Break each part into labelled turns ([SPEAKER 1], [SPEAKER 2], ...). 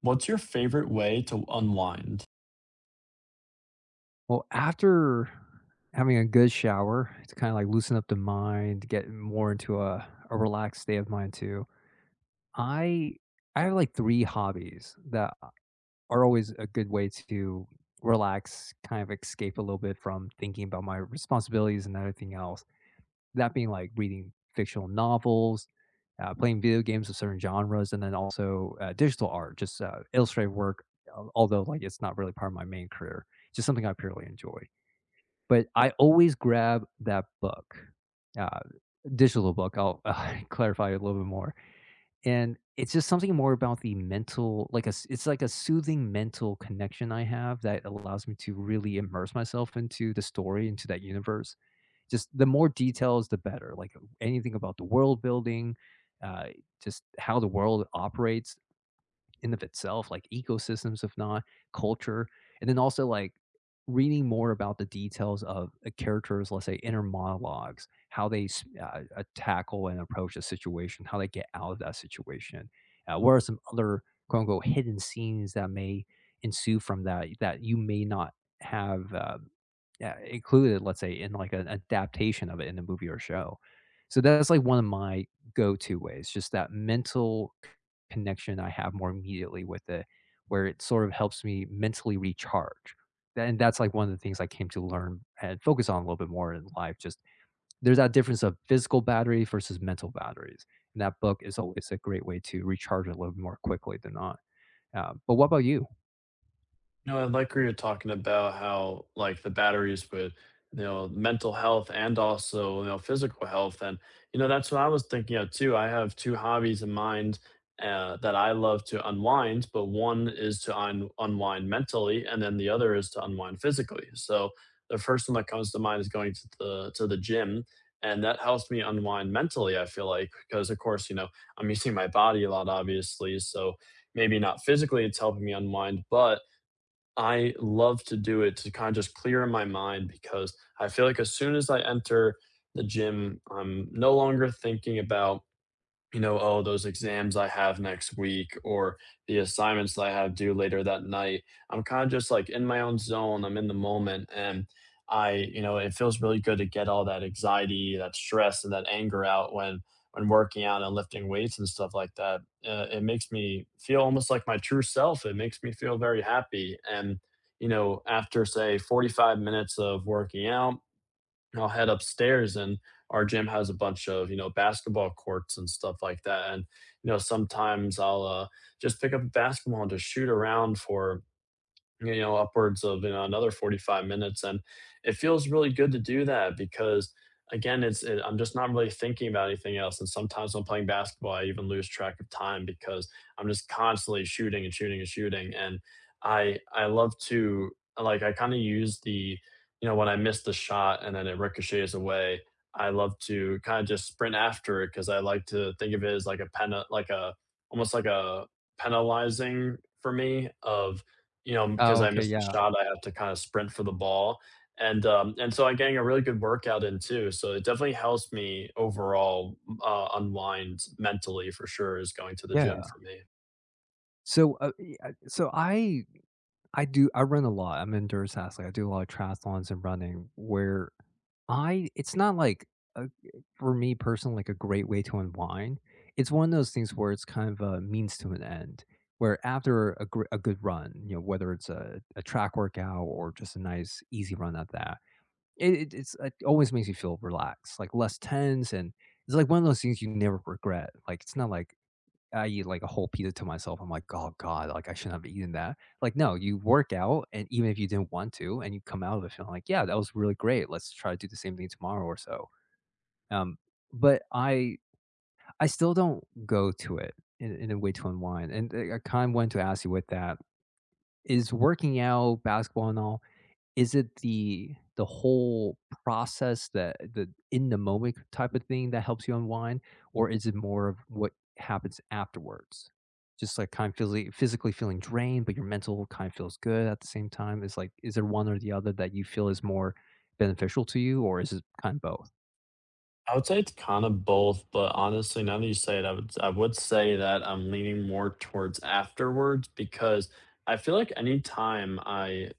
[SPEAKER 1] What's your favorite way to unwind?
[SPEAKER 2] Well, after having a good shower to kinda, like, loosen up the mind, get more into a relaxed state of mind too. I I have, like, 3 hobbies that are always a good way to relax, kind of escape a little bit from thinking about my responsibilities and everything else. That being, like, reading fictional novels, playing video games of certain genres, and then also, digital art, just, illustrative work, al although, like, it's not really part of my main career, just something I purely enjoy. But I always grab that book, uh, digital book, I'll, clarify it a little bit more, and it's just something more about the mental like, a s it's like a soothing mental connection I have that allows me to really immerse myself into the story, into that universe. Just the more details, the better, like, anything about the world building, uh, just how the world operates, in of itself, like ecosystems, if not culture, and then also like reading more about the details of a character's, let's say, inner monologues, how they tackle and approach a situation, how they get out of that situation. What are some other quote unquote hidden scenes that may ensue from that you may not have? Yeah, included, let's say, in, like, an adaptation of it in a movie or show. So that's, like, one of my go-to ways, just that mental c connection I have more immediately with it, where it sort of helps me mentally recharge. And that's, like, one of the things I came to learn and focus on a little bit more in life, just there's that difference of physical battery versus mental batteries, and that book is always a great way to recharge a little bit more quickly than not. But what about you?
[SPEAKER 1] No, I like where you're talking about how like the batteries with, you know, mental health and also, you know, physical health, and you know that's what I was thinking of too. I have two hobbies in mind that I love to unwind, but one is to unwind mentally, and then the other is to unwind physically. So the first one that comes to mind is going to the gym. And that helps me unwind mentally, I feel like, because of course, you know, I'm using my body a lot, obviously. So maybe not physically it's helping me unwind, but I love to do it to kind of just clear my mind because I feel like as soon as I enter the gym, I'm no longer thinking about, you know, oh, those exams I have next week or the assignments that I have due later that night. I'm kind of just like in my own zone. I'm in the moment. And I, you know, it feels really good to get all that anxiety, that stress, and that anger out when working out and lifting weights and stuff like that. It makes me feel almost like my true self. It makes me feel very happy. And, you know, after say 45 minutes of working out, I'll head upstairs, and our gym has a bunch of, you know, basketball courts and stuff like that, and, you know, sometimes I'll, just pick up a basketball and just shoot around for, you know, upwards of, you know, another 45 minutes, and it feels really good to do that because, again, it's it I'm just not really thinking about anything else, and sometimes when I'm playing basketball, I even lose track of time because I'm just constantly shooting and shooting and shooting, and I love to, like, I kinda use the, you know, when I miss the shot and then it ricochets away, I love to kinda just sprint after it because I like to think of it as like a almost like a penalizing for me of, you know, because
[SPEAKER 2] Oh,
[SPEAKER 1] I
[SPEAKER 2] okay,
[SPEAKER 1] missed the
[SPEAKER 2] yeah.
[SPEAKER 1] shot, I have to kinda sprint for the ball, and so I'm getting a really good workout in too, so it definitely helps me overall, unwind mentally for sure is going to the gym
[SPEAKER 2] Yeah.
[SPEAKER 1] for me.
[SPEAKER 2] So, yeah, so I do I run a lot. I'm an endurance athlete. I do a lot of triathlons and running where I it's not like a, for me personally like a great way to unwind. It's one of those things where it's kind of a means to an end. Where after a good run, you know, whether it's a track workout or just a nice easy run at that, it always makes you feel relaxed, like less tense, and it's like one of those things you never regret. Like it's not like I eat like a whole pizza to myself. I'm like, "Oh god, like, I shouldn't have eaten that." Like, no, you work out, and even if you didn't want to, and you come out of it feeling like, "Yeah, that was really great. Let's try to do the same thing tomorrow or so." Um, but I still don't go to it in a way to unwind, and, I kind of wanted to ask you with that, is working out, basketball and all is it the whole process that the in the moment type of thing that helps you unwind, or is it more of what happens afterwards? Just like kind of physically feeling drained, but your mental kind of feels good at the same time. Is like, is there one or the other that you feel is more beneficial to you, or is it kind of both?
[SPEAKER 1] I would say it's kinda both, but honestly, now that you say it, I would say that I'm leaning more towards afterwards because I feel like anytime I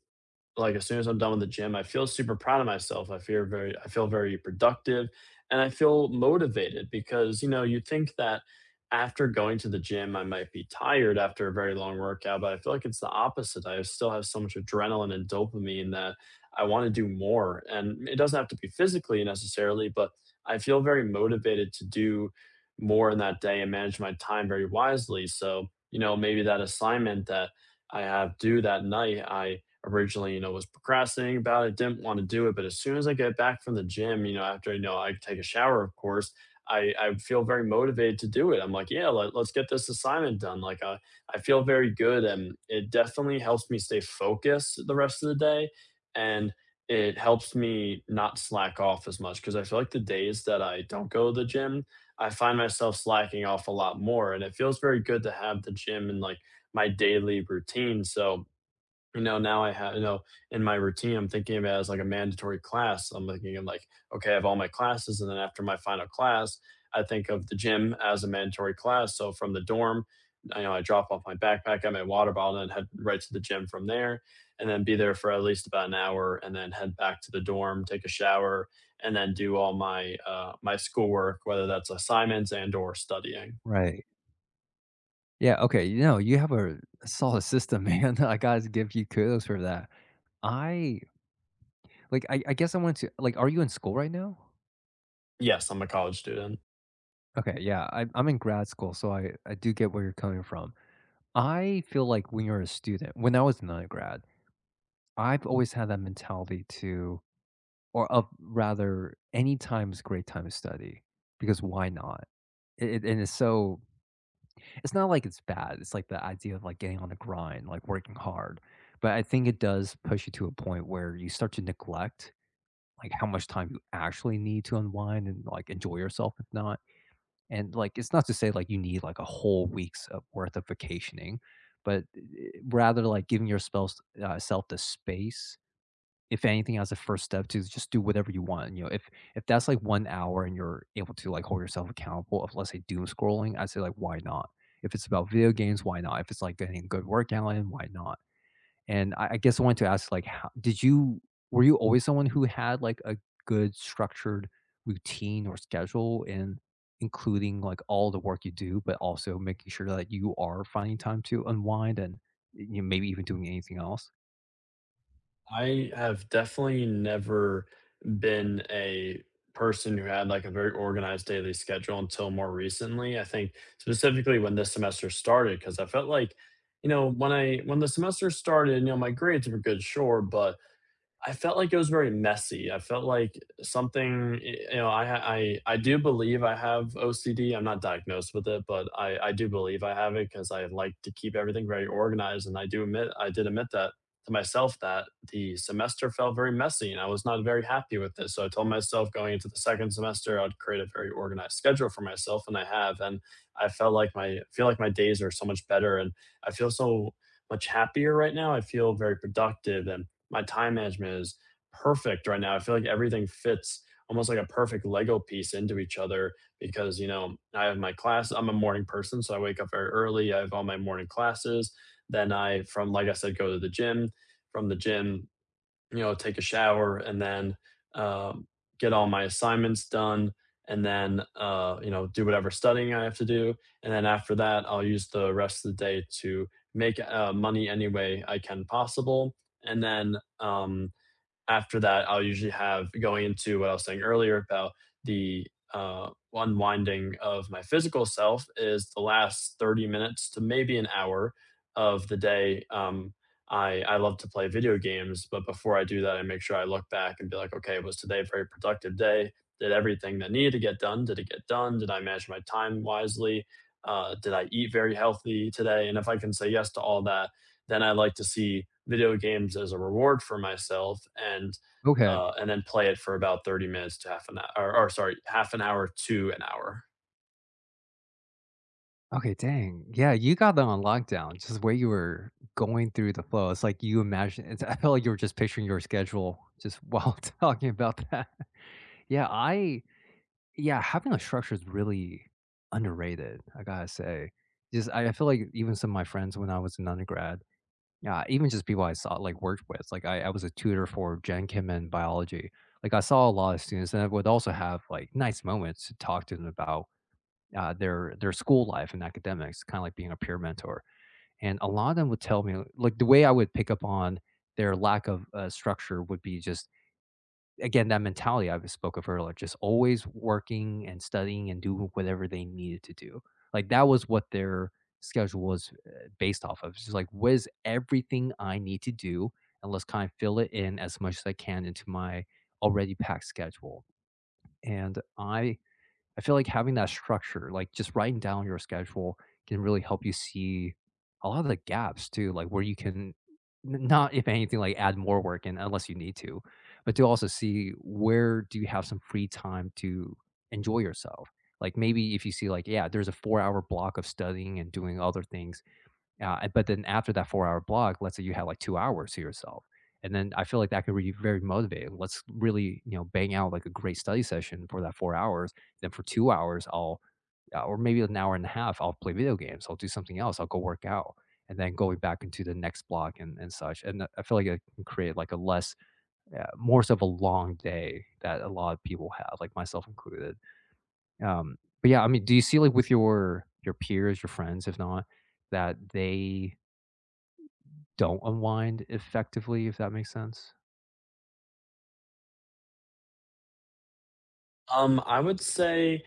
[SPEAKER 1] like as soon as I'm done with the gym, I feel super proud of myself. I feel very productive and I feel motivated because, you know, you think that after going to the gym, I might be tired after a very long workout, but I feel like it's the opposite. I still have so much adrenaline and dopamine that I want to do more. And it doesn't have to be physically necessarily, but I feel very motivated to do more in that day and manage my time very wisely. So, you know, maybe that assignment that I have due that night, I originally, you know, was procrastinating about it, didn't want to do it. But as soon as I get back from the gym, you know, after, you know, I take a shower, of course, I feel very motivated to do it. I'm like, yeah, let's get this assignment done. Like, I feel very good. And it definitely helps me stay focused the rest of the day. And it helps me not slack off as much because I feel like the days that I don't go to the gym, I find myself slacking off a lot more. And it feels very good to have the gym in, like, my daily routine. So, you know, now I have, you know, in my routine, I'm thinking of it as like a mandatory class. I'm thinking, I'm like, okay, I have all my classes. And then after my final class, I think of the gym as a mandatory class. So from the dorm, I know I drop off my backpack, got my water bottle, and head right to the gym from there, and then be there for at least about an hour, and then head back to the dorm, take a shower, and then do all my my schoolwork, whether that's assignments and or studying.
[SPEAKER 2] Right. Yeah. Okay. You know, you have a solid system, man. I gotta give you kudos for that. I I guess I want to like. Are you in school right now?
[SPEAKER 1] Yes, I'm a college student.
[SPEAKER 2] Okay, yeah, I'm in grad school, so I do get where you're coming from. I feel like when you're a student, when I was an undergrad, I've always had that mentality to, or of rather, any time is a great time to study because why not? And it's so, it's not like it's bad. It's like the idea of like getting on the grind, like working hard. But I think it does push you to a point where you start to neglect like how much time you actually need to unwind and like enjoy yourself, if not. And, like, it's not to say, like, you need, like, a whole week's, of worth of vacationing, but rather, like, giving your spels self the space, if anything, as a first step to just do whatever you want, you know, if that's, like, 1 hour and you're able to, like, hold yourself accountable of, let's say, doom scrolling, I'd say, like, why not? If it's about video games, why not? If it's, like, getting a good workout in, why not? And I guess I wanted to ask, like, how did you were you always someone who had, like, a good structured routine or schedule in including, like, all the work you do, but also making sure that you are finding time to unwind and, you know, maybe even doing anything else?
[SPEAKER 1] I have definitely never been a person who had like a very organized daily schedule until more recently. I think specifically when this semester started, because I felt like, you know, when the semester started, you know, my grades were good, sure, but I felt like it was very messy. I felt like something, you know, I do believe I have OCD. I'm not diagnosed with it, but I do believe I have it because I like to keep everything very organized, and I did admit that to myself that the semester felt very messy, and I was not very happy with it. So I told myself going into the second semester, I'd create a very organized schedule for myself, and I have, and I felt like my feel like my days are so much better, and I feel so much happier right now. I feel very productive and my time management is perfect right now. I feel like everything fits almost like a perfect Lego piece into each other because, you know, I have my class. I'm a morning person, so I wake up very early. I have all my morning classes. Then I, from like I said, go to the gym. From the gym, you know, take a shower and then, um, get all my assignments done and then, you know, do whatever studying I have to do, and then after that, I'll use the rest of the day to make, money any way I can possible, and then, after that, I'll usually have going into what I was saying earlier about the unwinding of my physical self is the last 30 minutes to maybe an hour of the day. I love to play video games, but before I do that, I make sure I look back and be like, okay, was today a very productive day? Did everything that needed to get done? Did it get done? Did I manage my time wisely? Did I eat very healthy today? And if I can say yes to all that, then I like to see video games as a reward for myself,
[SPEAKER 2] Okay.
[SPEAKER 1] and then play it for about 30 minutes to half an hour or sorry, half an hour to an hour.
[SPEAKER 2] Okay, dang. Yeah, you got them on lockdown, just where you were going through the flow. It's like you imagine it's I felt like you were just picturing your schedule just while talking about that. Yeah, I Yeah, having a structure is really underrated, I gotta say. Just I feel like even some of my friends when I was an undergrad, yeah, even just people I saw like worked with, like I was a tutor for Gen Chem and biology. Like I saw a lot of students and I would also have like nice moments to talk to them about their school life and academics, kind of like being a peer mentor. And a lot of them would tell me like the way I would pick up on their lack of structure would be just again, that mentality I spoke of earlier, just always working and studying and doing whatever they needed to do. Like that was what their schedule was based off of. It's just like, what is everything I need to do? And let's kind of fill it in as much as I can into my already packed schedule. And I feel like having that structure, like just writing down your schedule can really help you see a lot of the gaps too, like where you can not, if anything, like add more work in unless you need to, but to also see where do you have some free time to enjoy yourself. Like maybe if you see like, yeah, there's a 4-hour block of studying and doing other things but then after that 4-hour block, let's say you have like 2 hours to yourself. And then I feel like that could be very motivating. Let's really, you know, bang out like a great study session for that 4 hours. Then for 2 hours, I'll, or maybe an hour and a half, I'll play video games. I'll do something else. I'll go work out. And then going back into the next block and such. And I feel like it can create like a less, more so of a long day that a lot of people have, like myself included. Um, but yeah, I mean, do you see like with your peers, your friends, if not, that they don't unwind effectively, if that makes sense.
[SPEAKER 1] I would say,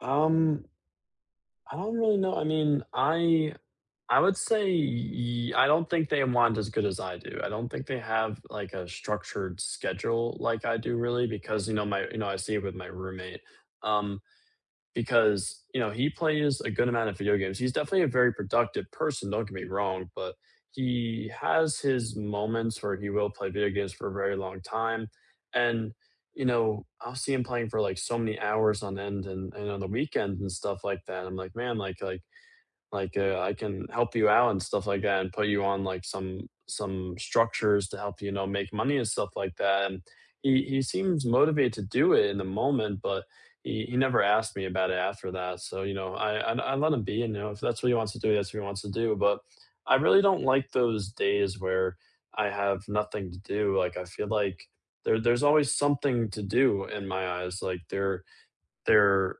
[SPEAKER 1] um, I don't really know. I mean, I would say y I don't think they want as good as I do. I don't think they have, like, a structured schedule like I do really because, you know, my you know, I see it with my roommate. Um because you know he plays a good amount of video games. He's definitely a very productive person. Don't get me wrong, but he has his moments where he will play video games for a very long time, and you know I'll see him playing for like so many hours on end, and, on the weekends and stuff like that. I'm like, man, like, I can help you out and stuff like that and put you on, like, some structures to help, you know, make money and stuff like that, and he seems motivated to do it in the moment, but he never asked me about it after that, so, you know, I let him be, you know, if that's what he wants to do, that's what he wants to do, but I really don't like those days where I have nothing to do, like, I feel like there's always something to do in my eyes, like, there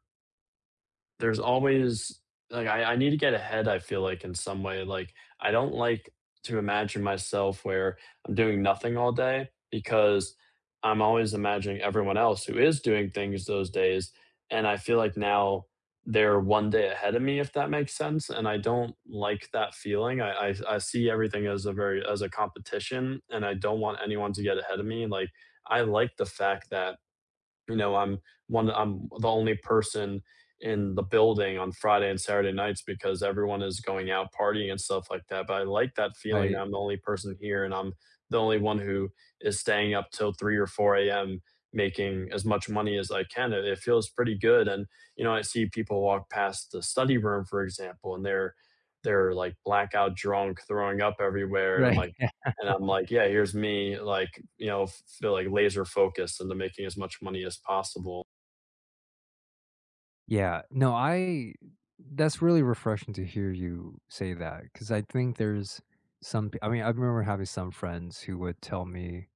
[SPEAKER 1] there's always, like, I need to get ahead, I feel like, in some way, like, I don't like to imagine myself where I'm doing nothing all day because I'm always imagining everyone else who is doing things those days, and I feel like now they're one day ahead of me, if that makes sense, and I don't like that feeling. I see everything as a very as a competition, and I don't want anyone to get ahead of me, like, I like the fact that, you know, I'm the only person in the building on Friday and Saturday nights because everyone is going out partying and stuff like that, but I like that feeling that
[SPEAKER 2] Right.
[SPEAKER 1] I'm the only person here and I'm the only one who is staying up till 3 or 4 a.m. making as much money as I can, it feels pretty good, and, you know, I see people walk past the study room, for example, and they're, like, blackout drunk, throwing up everywhere, and I'm
[SPEAKER 2] Right.
[SPEAKER 1] like yeah, here's me, like, you know, feel like laser focused into making as much money as possible.
[SPEAKER 2] Yeah. No, I that's really refreshing to hear you say that, because I think there's I mean, I remember having some friends who would tell me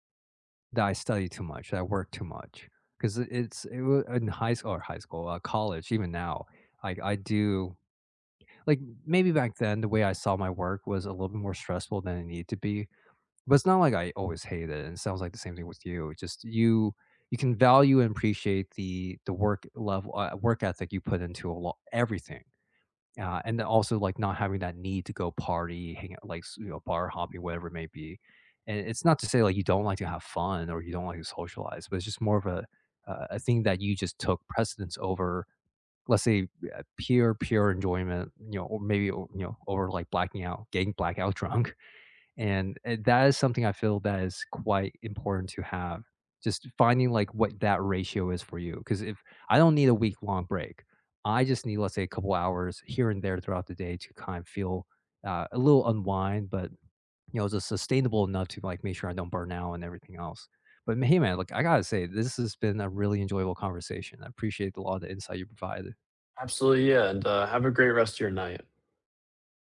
[SPEAKER 2] that I study too much, that I work too much, because it's it wa in high school or high school, college, even now, like, I do like, maybe back then, the way I saw my work was a little bit more stressful than it needed to be, but it's not like I always hate it, and it sounds like the same thing with you. It's Just you can value and appreciate the work level work ethic you put into a lot everything. And then also like not having that need to go party, hang out, you know, bar hopping, whatever it may be. And it's not to say like you don't like to have fun or you don't like to socialize, but it's just more of a thing that you just took precedence over, let's say, pure enjoyment, you know, or maybe you know, over like blacking out, getting blackout drunk and, that is something I feel that is quite important to have, just finding, like, what that ratio is for you, because if I don't need a week-long break. I just need, let's say, a couple hours here and there throughout the day to kind of feel, a little unwind, but, you know, just sustainable enough to, like, make sure I don't burn out and everything else. But, hey, man, look, I gotta say, this has been a really enjoyable conversation. I appreciate a lot of the insight you provided.
[SPEAKER 1] Absolutely. Yeah. And have a great rest of your night.